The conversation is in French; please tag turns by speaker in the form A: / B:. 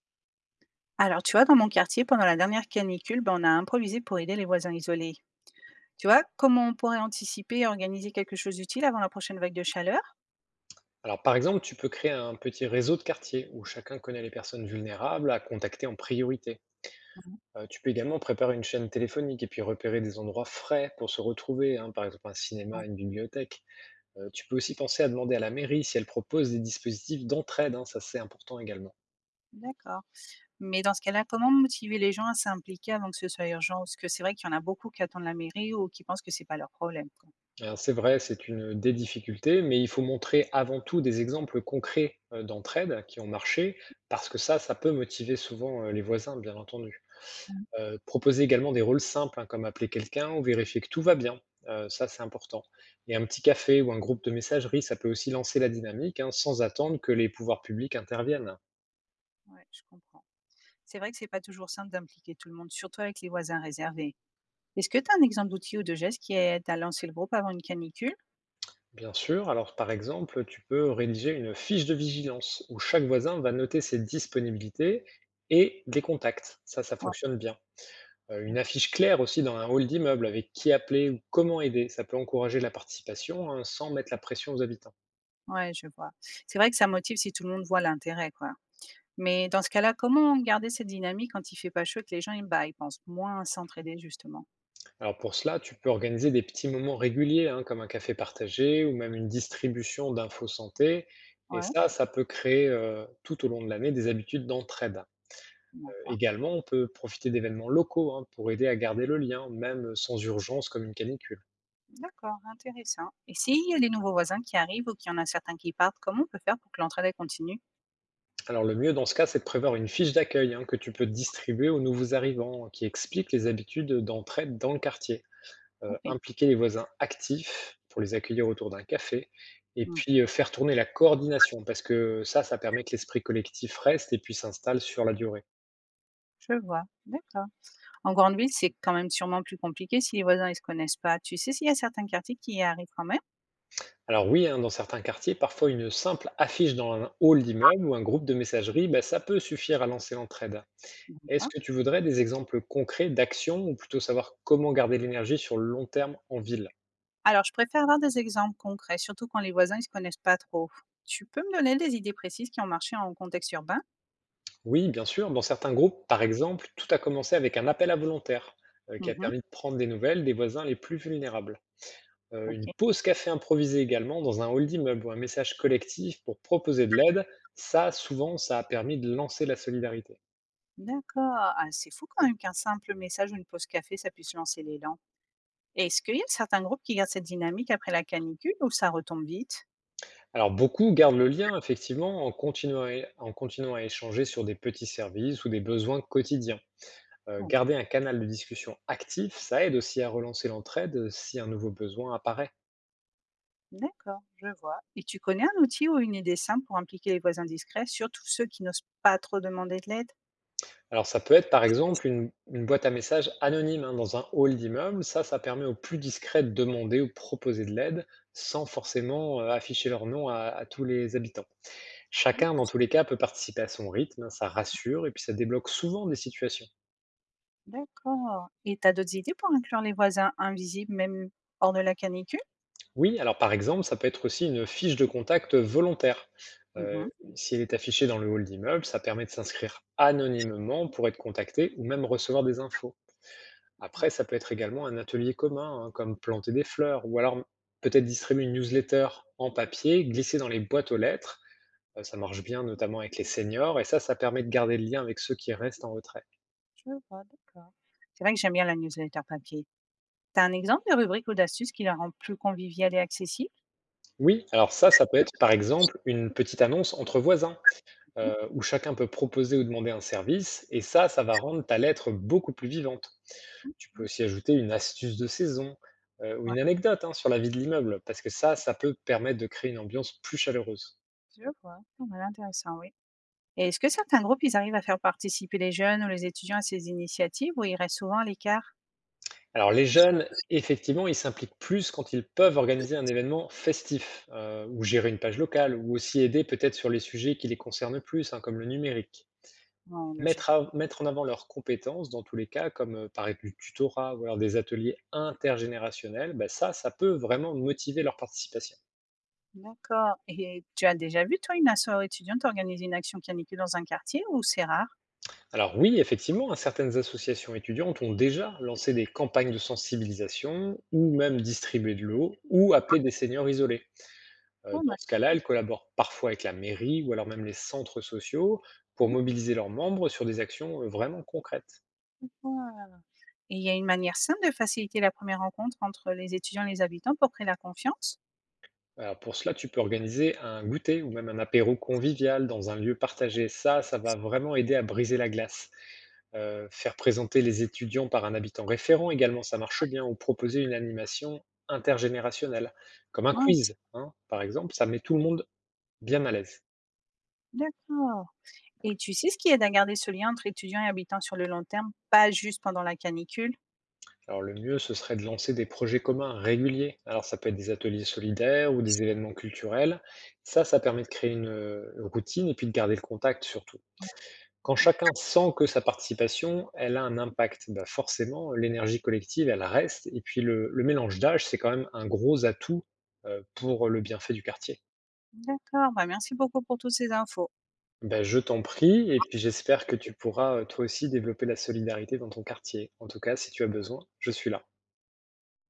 A: Alors, tu vois, dans mon quartier, pendant la dernière canicule, ben, on a improvisé pour aider les voisins isolés. Tu vois, comment on pourrait anticiper et organiser quelque chose d'utile avant la prochaine vague de chaleur?
B: Alors, par exemple, tu peux créer un petit réseau de quartier où chacun connaît les personnes vulnérables à contacter en priorité.
A: Mhm.
B: Tu peux également préparer une chaîne téléphonique et puis repérer des endroits frais pour se retrouver, hein, par exemple un
A: Bon.
B: cinéma, une bibliothèque. Tu peux aussi penser à demander à la mairie si elle propose des dispositifs d'entraide, hein, ça c'est important également.
A: D'accord. Mais dans ce cas-là, comment motiver les gens à s'impliquer avant que ce soit urgent? Parce que c'est vrai qu'il y en a beaucoup qui attendent la mairie ou qui pensent que c'est pas leur problème, quoi.
B: Alors, c'est vrai, c'est une des difficultés, mais il faut montrer avant tout des exemples concrets d'entraide qui ont marché, parce que ça peut motiver souvent les voisins, bien entendu.
A: Mhm.
B: Proposer également des rôles simples, hein, comme appeler quelqu'un ou vérifier que tout va bien, ça, c'est important et un petit café ou un groupe de messagerie, ça peut aussi lancer la dynamique, hein, sans attendre que les pouvoirs publics interviennent.
A: Ouais, je comprends. C'est vrai que c'est pas toujours simple d'impliquer tout le monde, surtout avec les voisins réservés. Est-ce que tu as un exemple d'outil ou de geste qui aide à lancer le groupe avant une canicule?
B: Bien sûr, alors par exemple, tu peux rédiger une fiche de vigilance où chaque voisin va noter ses disponibilités et des contacts. Ça
A: Ouais.
B: fonctionne bien. Une
A: OK.
B: affiche claire aussi dans un hall d'immeuble avec qui appeler ou comment aider, ça peut encourager la participation, hein, sans mettre la pression aux habitants.
A: Ouais, je vois. C'est vrai que ça motive si tout le monde voit l'intérêt, quoi. Mais dans ce cas-là, comment garder cette dynamique quand il fait pas chaud et que les gens ils, bah, ils pensent moins à s'entraider, justement?
B: Alors pour cela, tu peux organiser des petits moments réguliers, hein, comme un café partagé ou même une distribution d'infos santé. Et
A: Ouais,
B: ça peut créer tout au long de l'année des habitudes d'entraide.
A: d'accord.
B: Également, on peut profiter d'événements locaux hein, pour aider à garder le lien, même sans urgence comme une canicule.
A: D'accord, intéressant. Et s'il y a des nouveaux voisins qui arrivent ou qu'il y en a certains qui partent, comment on peut faire pour que l'entraide elle continue?
B: Alors le mieux dans ce cas, c'est de prévoir une fiche d'accueil hein, que tu peux distribuer aux nouveaux arrivants, qui explique les habitudes d'entraide dans le quartier.
A: Ok.
B: Impliquer les voisins actifs pour les accueillir autour d'un café et
A: Hmm,
B: puis, faire tourner la coordination parce que ça permet que l'esprit collectif reste et puis s'installe sur la durée.
A: je vois, d'accord. En grande ville, c'est quand même sûrement plus compliqué si les voisins ils se connaissent pas. Tu sais s'il y a certains quartiers qui y arrivent quand même?
B: Alors oui, hein, dans certains quartiers, parfois une simple affiche dans un hall d'immeuble ou un groupe de messagerie, bah, ça peut suffire à lancer l'entraide. Est-ce
A: D'accord.
B: que tu voudrais des exemples concrets d'actions ou plutôt savoir comment garder l'énergie sur le long terme en ville?
A: Alors, je préfère avoir des exemples concrets, surtout quand les voisins ne se connaissent pas trop. Tu peux me donner des idées précises qui ont marché en contexte urbain?
B: Oui, bien sûr, dans certains groupes, par exemple, tout a commencé avec un appel à volontaires, qui a
A: Mhm.
B: permis de prendre des nouvelles des voisins les plus vulnérables.
A: Ok.
B: Une pause café improvisée également dans un hall d'immeuble ou un message collectif pour proposer de l'aide, ça, souvent, ça a permis de lancer la solidarité.
A: D'accord. Ah, c'est fou quand même qu'un simple message ou une pause café, ça puisse lancer l'élan. Et est-ce qu'il y a certains groupes qui gardent cette dynamique après la canicule ou ça retombe vite?
B: Alors, beaucoup gardent le lien, effectivement, en continuant à échanger sur des petits services ou des besoins quotidiens.
A: Bon.
B: Garder un canal de discussion actif, ça aide aussi à relancer l'entraide si un nouveau besoin apparaît.
A: D'accord, je vois. Et tu connais un outil ou une idée simple pour impliquer les voisins discrets, surtout ceux qui n'osent pas trop demander de l'aide?
B: Alors ça peut être par exemple une boîte à messages anonyme hein, dans un hall d'immeuble. Ça permet aux plus discrets de demander ou proposer de l'aide sans forcément afficher leur nom à tous les habitants.
A: Mm.
B: Chacun, dans tous les cas, peut participer à son rythme, hein, ça rassure et puis ça débloque souvent des situations.
A: D'accord. Et tu as d'autres idées pour inclure les voisins invisibles, même hors de la canicule?
B: Oui, alors par exemple, ça peut être aussi une fiche de contact volontaire. Euh,
A: Mhm.
B: Si elle est affichée dans le hall d'immeuble, ça permet de s'inscrire anonymement pour être contacté ou même recevoir des infos. Après, ça peut être également un atelier commun, hein, comme planter des fleurs, ou alors peut-être distribuer une newsletter en papier, glisser dans les boîtes aux lettres. Ça marche bien, notamment avec les seniors, et ça permet de garder le lien avec ceux qui restent en retrait.
A: Je vois, d'accord. C'est vrai que j'aime bien la newsletter papier. T'as un exemple de rubrique ou d'astuce qui la rend plus conviviale et accessible?
B: Oui, alors ça peut être par exemple une petite annonce entre voisins,
A: Mmh,
B: où chacun peut proposer ou demander un service, et ça va rendre ta lettre beaucoup plus vivante.
A: mmh,
B: Tu peux
A: mmh.
B: aussi ajouter une astuce de saison ou
A: Ouais,
B: une anecdote hein, sur la vie de l'immeuble, parce que ça peut permettre de créer une ambiance plus chaleureuse.
A: je vois. Pas mal intéressant, oui. Et est-ce que certains groupes, ils arrivent à faire participer les jeunes ou les étudiants à ces initiatives ou ils restent souvent à l'écart?
B: Alors les jeunes, effectivement, ils s'impliquent plus quand ils peuvent organiser un événement festif, ou gérer une page locale, ou aussi aider peut-être sur les sujets qui les concernent plus, hein, comme le numérique.
A: Ouais, logique.
B: Mettre en avant leurs compétences dans tous les cas, comme par exemple du tutorat ou alors des ateliers intergénérationnels, bah ça, ça peut vraiment motiver leur participation.
A: D'accord. Et tu as déjà vu, toi, une asso étudiante organiser une action canicule dans un quartier ou c'est rare?
B: Alors oui, effectivement, hein, certaines associations étudiantes ont déjà lancé des campagnes de sensibilisation, ou même distribué de l'eau, ou appelé des seniors isolés.
A: Pas
B: Dans
A: mal,
B: ce cas-là, elles collaborent parfois avec la mairie ou alors même les centres sociaux pour
A: hein.
B: mobiliser leurs membres sur des actions, vraiment concrètes.
A: Voilà. Et il y a une manière simple de faciliter la première rencontre entre les étudiants et les habitants pour créer la confiance?
B: Alors pour cela, tu peux organiser un goûter ou même un apéro convivial dans un lieu partagé. Ça va vraiment aider à briser la glace. Faire présenter les étudiants par un habitant référent également, ça marche bien ou proposer une animation intergénérationnelle, comme un
A: Ouais,
B: quiz, hein, par exemple, ça met tout le monde bien à l'aise.
A: d'accord. Et tu sais ce qui aide à garder ce lien entre étudiants et habitants sur le long terme, pas juste pendant la canicule?
B: Alors le mieux, ce serait de lancer des projets communs réguliers. Alors ça peut être des ateliers solidaires ou des événements culturels. Ça permet de créer une routine et puis de garder le contact surtout. Quand
A: Ouais.
B: chacun sent que sa participation, elle a un impact, bah forcément, l'énergie collective, elle reste. Et puis le mélange d'âge, c'est quand même un gros atout pour le bienfait du quartier.
A: D'accord, bah, merci beaucoup pour toutes ces infos.
B: Ben, je t'en prie, et puis j'espère que tu pourras toi aussi développer la solidarité dans ton quartier. En tout cas, si tu as besoin, je suis là.